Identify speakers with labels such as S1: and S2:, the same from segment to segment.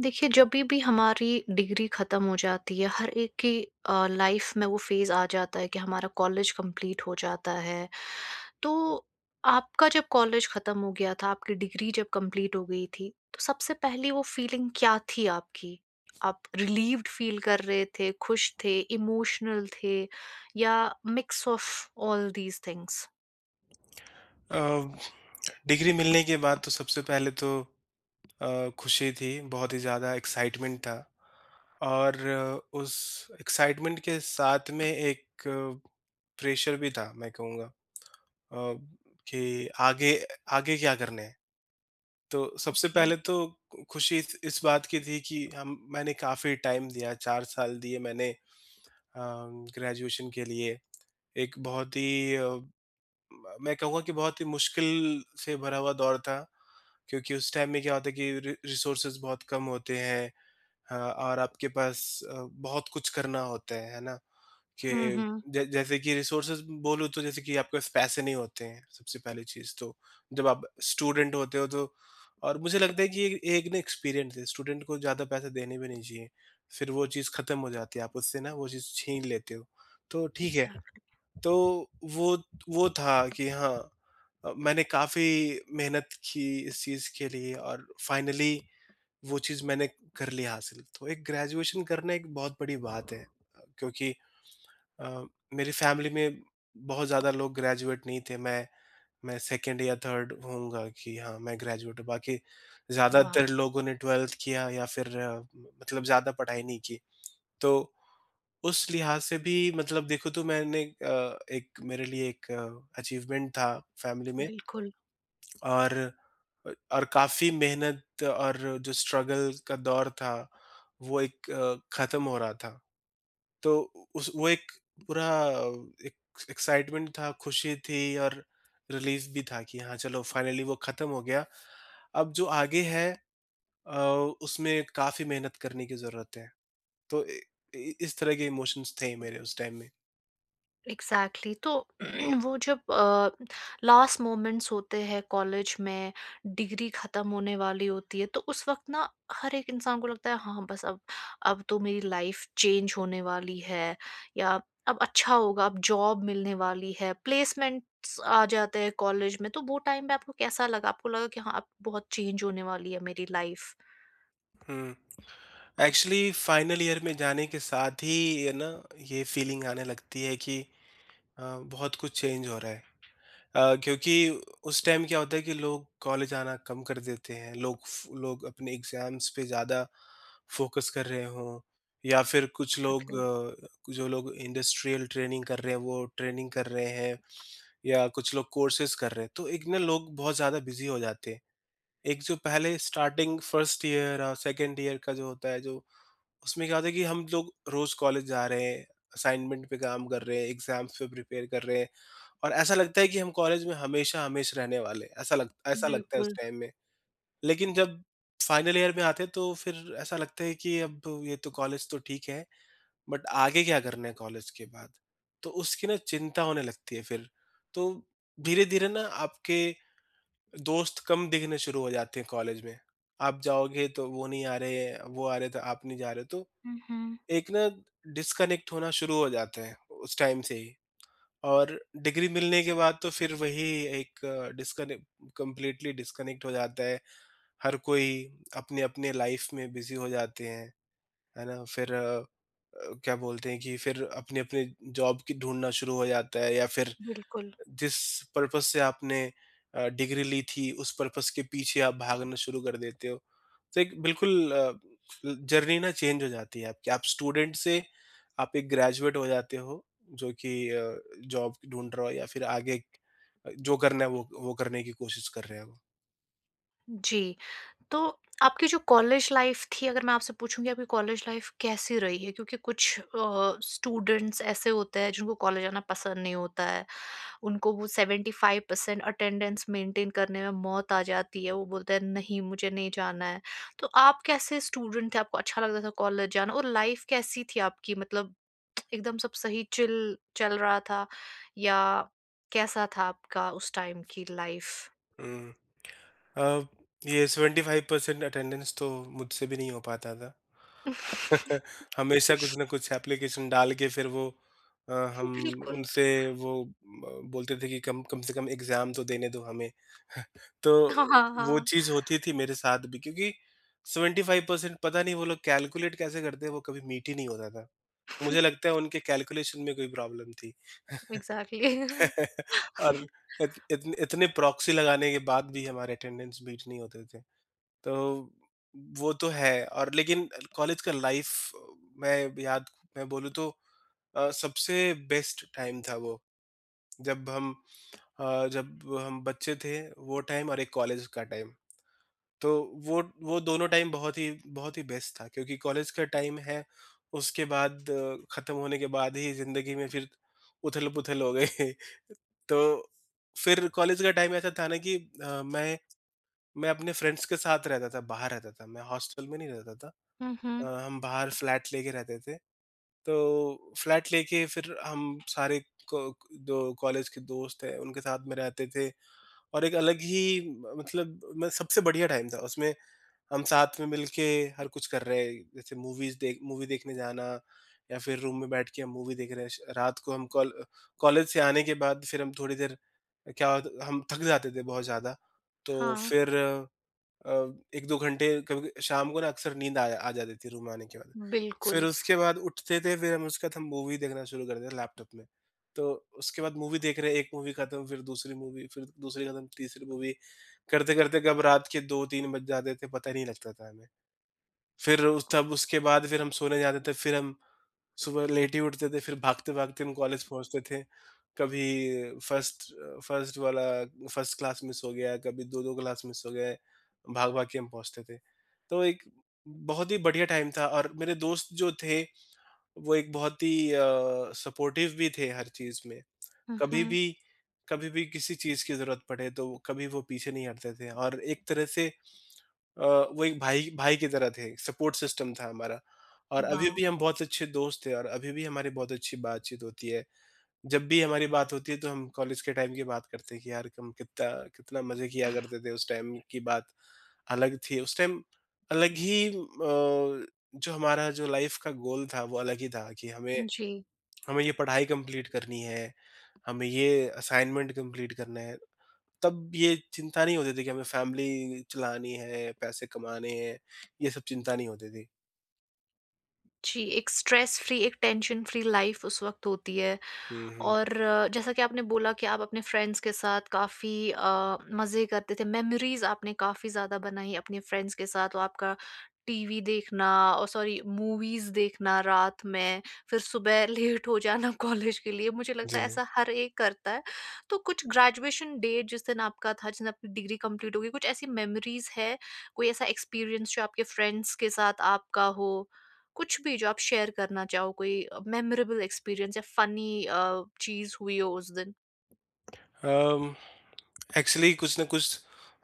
S1: देखिए जब भी हमारी डिग्री ख़त्म हो जाती है हर एक की लाइफ में वो फ़ेज़ आ जाता है कि हमारा कॉलेज कंप्लीट हो जाता है। तो आपका जब कॉलेज ख़त्म हो गया था, आपकी डिग्री जब कंप्लीट हो गई थी, तो सबसे पहली वो फ़ीलिंग क्या थी आपकी? आप रिलीव्ड फ़ील कर रहे थे, खुश थे, इमोशनल थे या mix of all these things?
S2: अ, डिग्री मिलने के बाद तो सबसे पहले तो खुशी थी, बहुत ही ज़्यादा एक्साइटमेंट था। और उस एक्साइटमेंट के साथ में एक प्रेशर भी था मैं कहूँगा, अ, कि आगे आगे क्या करना है। तो सबसे
S1: ओके।
S2: पहले तो खुशी इस बात की थी कि हम मैंने काफ़ी टाइम दिया, 4 साल दिए मैंने अ, ग्रेजुएशन के लिए। एक बहुत ही अ म मैं कहूँगा कि बहुत ही मुश्किल से भरा हुआ दौर था, क्योंकि उस टाइम में क्या होता है कि रि रिसोर्सेज़ बहुत कम होते हैं। हाँ, और आपके पास बहुत कुछ करना होता है ना? कि
S1: हुँ, हुँ।
S2: ज जैसे कि रिसोर्सेज़ बोलूँ तो जैसे कि आपके पास पैसे नहीं होते हैं, सबसे पहली चीज़ तो। जब आप स्टूडेंट होते हो तो, और मुझे लगता है कि ये एक ना एक्सपीरियंस है, स्टूडेंट को ज़्यादा पैसे देने भी नहीं चाहिए। फिर वो चीज़ खत्म हो जाती है, आप उससे ना वो चीज़ छीन लेते हो, तो ठीक है।
S1: एग्ज़ैक्ट।
S2: तो वो वो था कि हाँ, मैंने काफ़ी मेहनत की इस चीज़ के लिए और फाइनली वो चीज़ मैंने कर ली हासिल। तो एक ग्रेजुएशन करना एक बहुत बड़ी बात है, क्योंकि अ, मेरी फैमिली में बहुत ज़्यादा लोग ग्रेजुएट नहीं थे। मैं सेकंड या थर्ड होऊँगा कि हाँ, मैं ग्रेजुएट हूँ। बाकी
S1: वाह!
S2: ज़्यादातर लोगों ने 12th किया या फिर मतलब ज़्यादा पढ़ाई नहीं की। तो उस लिहाज से भी मतलब देखो तो मैंने एक मेरे लिए एक अचीवमेंट था फैमिली में।
S1: बिल्कुल।
S2: और काफी मेहनत, और जो स्ट्रगल का दौर था वो एक खत्म हो रहा था। तो उस वो एक पूरा एक एक्साइटमेंट था, खुशी थी और रिलीफ भी था कि हाँ, चलो फाइनली वो खत्म हो गया। अब जो आगे है, अ, उसमें काफी मेहनत करने की जरूरत है। तो इस तरह के इमोशंस थे मेरे उस टाइम में।
S1: एग्ज़ैक्टली। तो वो जब लास्ट मोमेंट्स होते हैं कॉलेज में, डिग्री ख़त्म होने वाली होती है, तो उस वक़्त ना हर एक इंसान को लगता है हाँ, बस अब तो मेरी लाइफ़ चेंज होने वाली है या अब अच्छा होगा, अब जॉब मिलने वाली है, प्लेसमेंट्स आ जाते हैं कॉलेज में, तो वो टाइम पे आपको कैसा लगा? आपको लगा कि हाँ, अब बहुत चेंज होने वाली है मेरी लाइफ़?
S2: हुँ। एक्चुअली फाइनल ईयर में जाने के साथ ही ये ना ये फीलिंग आने लगती है कि अ, बहुत कुछ चेंज हो रहा है। क्योंकि उस टाइम क्या होता है कि लोग कॉलेज आना कम कर देते हैं। लोग अपने एग्ज़ाम्स पे ज़्यादा फ़ोकस कर रहे हों, या फिर कुछ लोग, जो लोग इंडस्ट्रियल ट्रेनिंग कर रहे हैं वो ट्रेनिंग कर रहे हैं, या कुछ लोग कोर्सेज़ कर रहे हैं। तो एक ना लोग बहुत ज़्यादा बिज़ी हो जाते हैं। एक जो पहले स्टार्टिंग फर्स्ट ईयर और सेकंड ईयर का जो होता है, जो उसमें क्या होता है कि हम लोग रोज कॉलेज जा रहे हैं, असाइनमेंट पे काम कर रहे हैं, एग्ज़ाम्स पे प्रिपेयर कर रहे हैं, और ऐसा लगता है कि हम कॉलेज में हमेशा हमेश रहने वाले हैं, ऐसा लगता है उस
S1: बिल्कुल।
S2: टाइम में। लेकिन जब फाइनल ईयर में आते हैं तो फिर ऐसा लगता है कि अब ये तो कॉलेज तो ठीक है, बट आगे क्या करना है कॉलेज के बाद? तो उसकी ना चिंता होने लगती है फिर। तो धीरे-धीरे ना आपके दोस्त कम दिखने शुरू हो जाते हैं कॉलेज में। आप जाओगे तो वो नहीं आ रहे, वो आ रहे तो आप नहीं जा रहे, तो
S1: हुँ, हुँ।
S2: एक ना डिस्कनेक्ट होना शुरू हो जाते हैं उस टाइम से ही। और डिग्री मिलने के बाद तो फिर वही एक डिस्कनेक्ट, कंप्लीटली डिस्कनेक्ट हो जाता है, हर कोई अपने अपने लाइफ में बिजी हो जाते हैं, है ना? फिर क्या बोलते हैं कि फिर अपने अपने जॉब की ढूंढना शुरू हो जाता है, या फिर
S1: बिल्कुल,
S2: जिस पर्पस से आपने डिग्री ली थी उस पर्पस के पीछे आप भागना शुरू कर देते हो। तो एक बिल्कुल जर्नी ना चेंज हो जाती है आपकी। आप स्टूडेंट से आप एक ग्रेजुएट हो जाते हो, जो कि जॉब ढूँढ रहा हो, या फिर आगे जो करना है वो करने की कोशिश कर रहे हो।
S1: जी। तो आपकी जो कॉलेज लाइफ थी, अगर मैं आपसे पूछूं कि आपकी कॉलेज लाइफ कैसी रही है, क्योंकि कुछ स्टूडेंट्स ऐसे होते हैं जिनको कॉलेज आना पसंद नहीं होता है। उनको वो seventy five percent attendance maintain करने में मौत आ जाती है, वो बोलते हैं नहीं मुझे नहीं जाना है। तो आप कैसे स्टूडेंट थे, आपको अच्छा लगता था कॉलेज जाना और लाइफ कैसी थी आपकी, मतलब एकदम सब सही चिल चल रहा था या कैसा था आपका उस टाइम की लाइफ?
S2: हुँ। अ, ये 75% अटेंडेंस तो मुझसे भी नहीं हो पाता था। हमेशा कुछ ना कुछ एप्लीकेशन डाल के फिर हम
S1: बिल्कुल।
S2: उनसे बोलते थे कि कम कम से कम एग्ज़ाम तो देने दो हमें। तो
S1: हाँ, हाँ,
S2: वो
S1: हाँ।
S2: चीज़ होती थी मेरे साथ भी, क्योंकि 75% पता नहीं वो लोग कैलकुलेट कैसे करते हैं, वो कभी मीट ही नहीं होता था। मुझे लगता है उनके कैलकुलेशन में कोई प्रॉब्लम थी।
S1: एग्ज़ैक्टली।
S2: और इत इतने इतने प्रॉक्सी लगाने के बाद भी हमारे अटेंडेंस मीट नहीं होते थे। तो वो तो है। और लेकिन कॉलेज का लाइफ़, मैं याद मैं बोलूँ तो सबसे बेस्ट टाइम था वो। जब हम जब हम बच्चे थे वो टाइम, और एक कॉलेज का टाइम। तो वो वो दोनों टाइम बहुत ही बेस्ट था, क्योंकि कॉलेज का टाइम है, उसके बाद खत्म होने के बाद ही ज़िंदगी में फिर उथल-पुथल हो गए। तो फिर कॉलेज का टाइम ऐसा था ना कि अ, मैं मैं अपने फ्रेंड्स के साथ रहता था, बाहर रहता था, मैं हॉस्टल में नहीं रहता था।
S1: हुँ, हुँ।
S2: हम बाहर फ्लैट लेके रहते थे, तो फ्लैट लेके फिर हम सारे को जो कॉलेज के दोस्त हैं, उनके साथ में रहते थे। और एक अलग ही मतलब, मैं सबसे बढ़िया टाइम था उसमें, हम साथ में मिलके हर कुछ कर रहे हैं। जैसे मूवी देखने जाना, या फिर रूम में बैठ के हम मूवी देख रहे हैं। श रात को हम कॉल कॉलेज से आने के बाद फिर हम थोड़ी देर, क्या होता हम थक जाते थे बहुत ज़्यादा। तो
S1: हाँ।
S2: फिर अ, 1-2 घंटे कभी शाम को ना अक्सर नींद आ आ जाती थी रूम आने के बाद। फिर
S1: बिल्कुल।
S2: उसके बाद उठते थे, फिर हम उसके बाद हम मूवी देखना शुरू करते थे लैपटॉप में। तो उसके बाद मूवी देख रहे हैं, एक मूवी खत्म फिर दूसरी मूवी, फिर दूसरी खत्म तीसरी मूवी, करते-करते कब रात के 2-3 बज जाते थे पता ही नहीं लगता था हमें। फिर उस तब उसके बाद फिर हम सोने जाते थे, फिर हम सुबह लेट ही उठते थे, फिर भागते-भागते हम कॉलेज पहुँचते थे। कभी फर्स्ट फर्स्ट वाला फर्स्ट क्लास मिस हो गया, कभी 2-2 क्लास मिस हो गए, भाग-भाग के हम पहुँचते थे। तो एक बहुत ही बढ़िया टाइम था, और मेरे दोस्त जो थे, वो एक बहुत ही सपोर्टिव भी थे हर चीज़ में।
S1: हुँ,
S2: कभी
S1: हुँ।
S2: भी कभी भी किसी चीज़ की ज़रूरत पड़े, तो कभी वो पीछे नहीं हटते थे, और एक तरह से वो एक भाई भाई की तरह थे, सपोर्ट सिस्टम था हमारा। और अभी
S1: वाह!
S2: भी हम बहुत अच्छे दोस्त हैं, और अभी भी हमारी बहुत अच्छी बातचीत होती है। जब भी हमारी बात होती है तो हम कॉलेज के टाइम की बात करते हैं कि यार हम कितना कितना मज़े किया करते थे, उस टाइम की बात अलग थी। उस टाइम अलग ही जो हमारा जो लाइफ़ का गोल था वो अलग ही था कि हमें
S1: जी।
S2: हमें ये पढ़ाई कंप्लीट करनी है, हमें ये असाइनमेंट कंप्लीट करना है। तब ये चिंता नहीं होती थी कि हमें फैमिली चलानी है, पैसे कमाने हैं, ये सब चिंता नहीं होती थी।
S1: जी, एक स्ट्रेस फ्री, एक टेंशन फ्री लाइफ़ उस वक़्त होती है।
S2: हुँ, हुँ।
S1: और जैसा कि आपने बोला कि आप अपने फ्रेंड्स के साथ काफ़ी मज़े करते थे, मेमोरीज़ आपने काफ़ी ज़्यादा बनाई अपने फ्रेंड्स के साथ और आपका टीवी देखना और सॉरी मूवीज़ देखना रात में, फिर सुबह लेट हो जाना कॉलेज के लिए, मुझे लगता
S2: जी।
S1: है ऐसा हर एक करता है। तो कुछ ग्रेजुएशन डे जिस दिन आपका था, जिस दिन आपकी डिग्री कंप्लीट हो गई, कुछ ऐसी मेमोरीज़ है, कोई ऐसा एक्सपीरियंस जो आपके फ्रेंड्स के साथ आपका हो? कुछ भी जो आप शेयर करना चाहो, कोई मेमोरेबल एक्सपीरियंस या फ़नी चीज़ हुई हो उस दिन?
S2: अम, एक्चुअली कुछ ना कुछ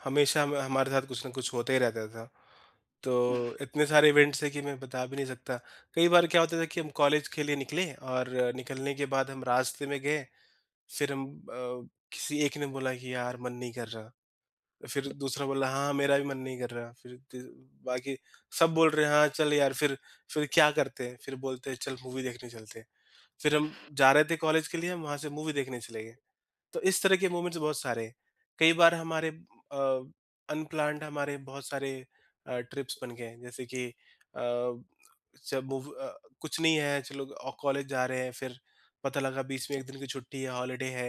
S2: हमेशा हम हमारे साथ कुछ ना कुछ होता ही रहता था। तो इतने सारे इवेंट्स हैं कि मैं बता भी नहीं सकता। कई बार क्या होता था कि हम कॉलेज के लिए निकले, और निकलने के बाद हम रास्ते में गए, फिर हम, अ, किसी एक ने बोला कि यार मन नहीं कर रहा। तो फिर दूसरा बोला हाँ मेरा भी मन नहीं कर रहा, फिर बाकी सब बोल रहे हैं हाँ चल यार, फिर क्या करते हैं फिर बोलते हैं चल मूवी देखने चलते हैं। फिर हम जा रहे थे कॉलेज के लिए, हम वहां से मूवी देखने चले गए। तो इस तरह के मोमेंट्स बहुत सारे हैं। कई बार हमारे अनप्लान्ड हमारे बहुत सारे ट्रिप्स बन गए हैं। जैसे कि जब मूव कुछ नहीं है चलो कॉलेज जा रहे हैं, फिर पता लगा बीच में एक दिन की छुट्टी है, हॉलीडे है।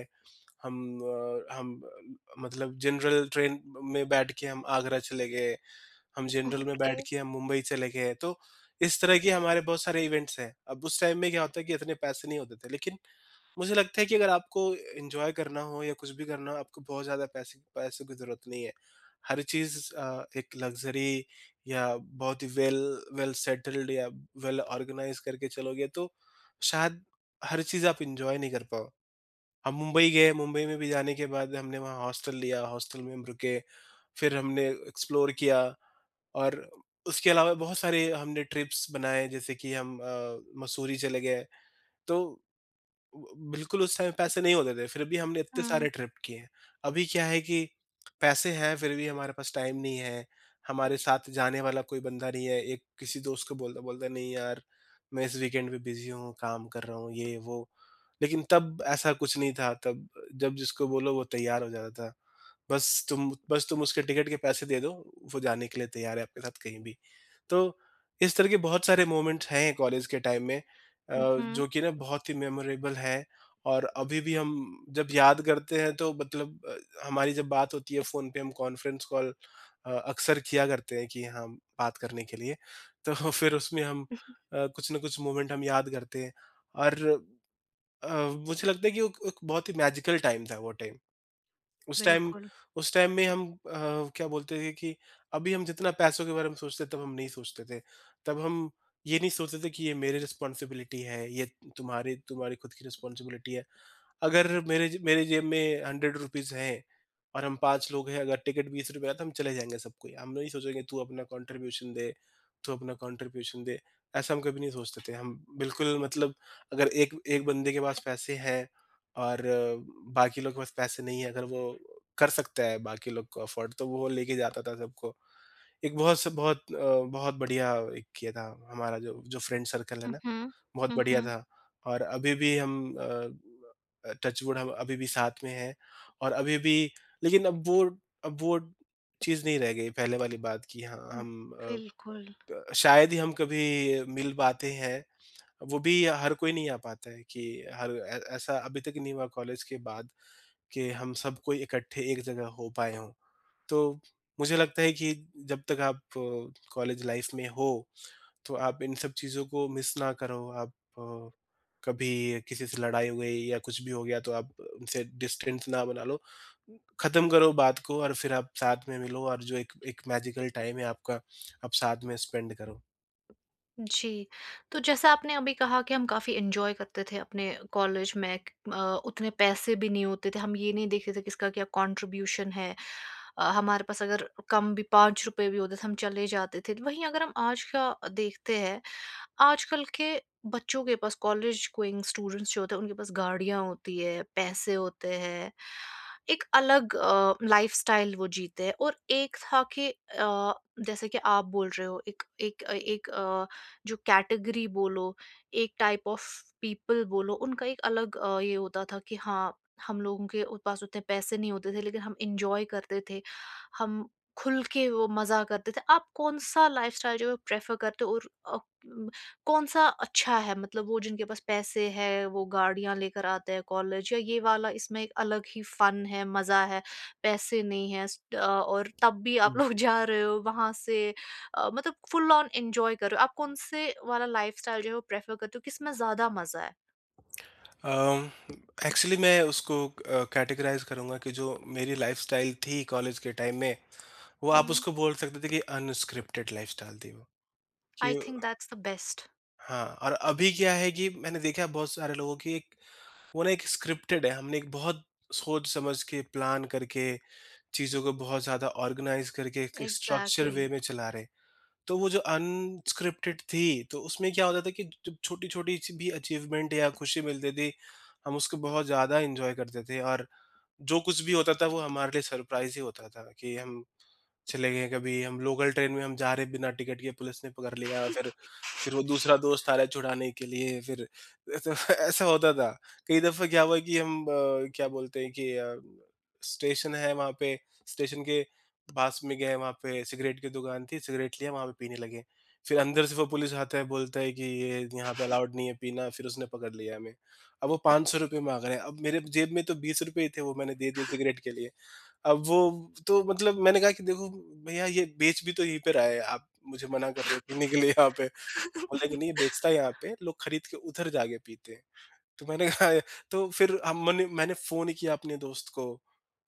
S2: हम हम मतलब जनरल ट्रेन में बैठ के हम आगरा चले गए, हम जनरल में
S1: ओके।
S2: बैठ के हम मुंबई चले गए। तो इस तरह के हमारे बहुत सारे इवेंट्स हैं। अब उस टाइम में क्या होता है कि इतने पैसे नहीं होते थे, लेकिन मुझे लगता है कि अगर आपको एन्जॉय करना हो या कुछ भी करना हो, आपको बहुत ज़्यादा पैसे पैसों की ज़रूरत नहीं है। हर चीज़ एक लग्ज़री, या बहुत ही वेल वेल सेटल्ड, या वेल ऑर्गनाइज़ करके चलोगे, तो शायद हर चीज़ आप एन्जॉय नहीं कर पाओ। हम मुंबई गए, मुंबई में भी जाने के बाद हमने वहाँ हॉस्टल लिया, हॉस्टल में हम रुके, फिर हमने एक्सप्लोर किया। और उसके अलावा बहुत सारे हमने ट्रिप्स बनाए, जैसे कि हम मसूरी चले गए। तो ब बिल्कुल उस टाइम पैसे नहीं होते थे, फिर भी हमने इतने
S1: हुँ,
S2: सारे ट्रिप किए हैं। अभी क्या है कि पैसे हैं, फिर भी हमारे पास टाइम नहीं है, हमारे साथ जाने वाला कोई बंदा नहीं है। एक किसी दोस्त को बोलता बोलता नहीं यार, मैं इस वीकेंड पे बिज़ी हूँ, काम कर रहा हूँ, ये वो। लेकिन तब ऐसा कुछ नहीं था, तब जब जिसको बोलो वो तैयार हो जाता था। बस तुम उसके टिकट के पैसे दे दो, वो जाने के लिए तैयार है आपके साथ कहीं भी। तो इस तरह के बहुत सारे मोमेंट्स हैं कॉलेज के टाइम में
S1: उहुँ,
S2: जो कि ना बहुत ही मेमोरेबल हैं। और अभी भी हम जब याद करते हैं तो मतलब हमारी जब बात होती है फ़ोन पे हम कॉन्फ्रेंस कॉल अक्सर किया करते हैं कि हाँ बात करने के लिए। तो फिर उसमें हम कुछ ना कुछ मोमेंट हम याद करते हैं। और अ, मुझे लगता है कि वो एक बहुत ही मैजिकल टाइम था। वो टाइम, उस टाइम,
S1: बिल्कुल।
S2: उस टाइम में हम क्या बोलते थे कि अभी हम जितना पैसों के बारे में सोचते तब हम नहीं सोचते थे। तब हम ये नहीं सोचते थे कि ये मेरी रिस्पॉन्सिबिलिटी है, ये तुम्हारे तुम्हारी खुद की रिस्पॉन्सिबिलिटी है। अगर मेरे जेब में 100 रुपीज़ हैं और हम 5 लोग हैं, अगर टिकट ₹20 का है तो हम चले जाएँगे सब कोई। हम नहीं सोचेंगे तू अपना कॉन्ट्रिब्यूशन दे, तू अपना कॉन्ट्रिब्यूशन दे, ऐसा हम कभी नहीं सोचते थे। हम बिल्कुल मतलब अगर एक एक बंदे के पास पैसे हैं और बाकी लोग के पास पैसे नहीं है, अगर वो कर सकता है बाकी लोग को अफोर्ड तो वो लेके जाता था सबको। एक बहुत स बहुत अ, बहुत बढ़िया एक ये था हमारा जो जो फ्रेंड सर्कल है ना,
S1: उहुँ,
S2: बहुत बढ़िया
S1: उहुँ,
S2: था। और अभी भी हम टच वुड हम अभी भी साथ में हैं, और अभी भी लेकिन अब वो, अब वो चीज़ नहीं रह गई पहले वाली बात कि हाँ हम। अ,
S1: बिल्कुल।
S2: शायद ही हम कभी मिल पाते हैं। वो भी हर कोई नहीं आ पाता है कि हर ऐ ऐसा अभी तक नहीं हुआ कॉलेज के बाद कि हम सब कोई इकट्ठे एक जगह हो पाए हों। तो मुझे लगता है कि जब तक आप कॉलेज लाइफ़ में हो तो आप इन सब चीज़ों को मिस ना करो, आप अ, कभी किसी से लड़ाई हो गई या कुछ भी हो गया तो आप उनसे डिस्टेंस ना बना लो। ख़त्म करो बात को और फिर आप साथ में मिलो और जो एक एक मैजिकल टाइम है आपका, आप साथ में स्पेंड करो।
S1: जी, तो जैसा आपने अभी कहा कि हम काफ़ी एन्जॉय करते थे अपने कॉलेज में उतने पैसे भी नहीं होते थे, हम ये नहीं देखते थे किसका क्या कॉन्ट्रिब्यूशन है। हमारे पास अगर कम भी ₹5 भी होते थे, हम चले जाते थे। वहीं अगर हम आज का देखते हैं, आजकल के बच्चों के पास, कॉलेज गोइंग स्टूडेंट्स जो होते हैं उनके पास गाड़ियाँ होती है, पैसे होते हैं, एक अलग लाइफ़स्टाइल वो जीते हैं और एक था कि जैसे कि आप बोल रहे हो एक एक अ, जो कैटेगरी बोलो, एक टाइप ऑफ पीपल बोलो, उनका एक अलग ये होता था कि हाँ, हम लोगों के उ पास उतने पैसे नहीं होते थे लेकिन हम एन्जॉय करते थे, हम खुल के वो मज़ा करते थे। आप कौन-सा लाइफ़स्टाइल जो है प्रेफ़र करते हो और अ, कौन-सा अच्छा है? मतलब वो जिनके पास पैसे हैं, वो गाड़ियाँ लेकर आते हैं कॉलेज या ये वाला, इसमें एक अलग ही फ़न है, मज़ा है, पैसे नहीं हैं स अ, और तब भी आप लोग
S2: हुँ।
S1: जा रहे हो वहाँ से मतलब फुल ऑन एन्जॉय कर रहे हो। आप कौन-से वाला लाइफ़स्टाइल जो है वो प्रेफ़र करते हो? किसमें ज़्यादा मज़ा है?
S2: अम, एक्चुअली मैं उसको कैटेगराइज़ करूँगा कि जो मेरी लाइफ़स्टाइल थी कॉलेज के टाइम में, वो हुँ। आप
S1: हुँ,
S2: उसको बोल सकते थे कि अनस्क्रिप्टेड लाइफ़स्टाइल थी वो।
S1: आई
S2: कि
S1: थिंक दैट्स द बेस्ट।
S2: हाँ, और अभी क्या है कि मैंने देखा है बहुत सारे लोगों की एक वो ना एक स्क्रिप्टेड है, हमने एक बहुत सोच समझ के प्लान करके चीज़ों को बहुत ज़्यादा ऑर्गेनाइज करके एक स्ट्रक्चर
S1: एग्ज़ैक्टली।
S2: वे में चला रहे। तो वो जो अनस्क्रिप्टेड थी तो उसमें क्या होता था कि जब छोटी छोटी भी अचीवमेंट या खुशी मिलती थी हम उसको बहुत ज़्यादा इंजॉय करते थे। और जो कुछ भी होता था वो हमारे लिए सरप्राइज ही होता था कि हम चले गए कभी, हम लोकल ट्रेन में हम जा रहे बिना टिकट के पुलिस ने पकड़ लिया, फिर वो दूसरा दोस्त आ रहा है छुड़ाने के लिए, फिर तो ऐसा होता था। कई दफा क्या हुआ कि हम क्या बोलते हैं कि स्टेशन है वहाँ पे, स्टेशन के पास में गए, वहाँ पे सिगरेट की दुकान थी, सिगरेट लिया वहाँ पे पीने लगे, फिर अंदर से वो पुलिस आता है बोलता है कि ये यहाँ पे अलाउड नहीं है पीना, फिर उसने पकड़ लिया हमें। अब वो 500 सौ रुपये मांग रहे हैं, अब मेरे जेब में तो 20 रुपए ही थे वो मैंने दे दिए सिगरेट के लिए। अब वो तो मतलब मैंने कहा कि देखो भैया, ये बेच भी तो यहीं पे रहा है, आप मुझे मना कर रहे हो पीने के लिए यहाँ पे। बोला कि नहीं ये बेचता है यहाँ पे, लोग खरीद के उधर जाके पीते हैं। तो मैंने कहा तो फिर हम मैंने मैंने फ़ोन किया अपने दोस्त को,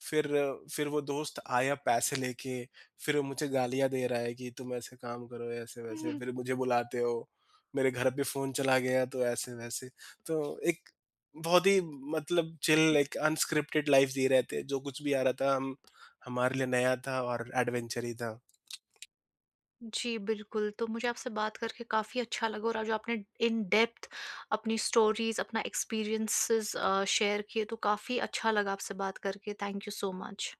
S2: फिर फिर वो दोस्त आया पैसे लेके, फिर वो मुझे गालियाँ दे रहा है कि तुम ऐसे काम करो, ऐसे-वैसे, फिर मुझे बुलाते हो, मेरे घर पे फ़ोन चला गया तो ऐसे-वैसे। तो एक बहुत ही मतलब चिल एक अनस्क्रिप्टेड लाइफ़ जी रहे थे, जो कुछ भी आ रहा था हम हमारे लिए नया था और एडवेंचर ही था।
S1: जी, बिल्कुल। तो मुझे आपसे बात करके काफ़ी अच्छा लगा और आज जो आपने इन डेप्थ अपनी स्टोरीज़, अपना एक्सपीरियंसेज़ शेयर किए, तो काफ़ी अच्छा लगा आपसे बात करके। Thank you so much.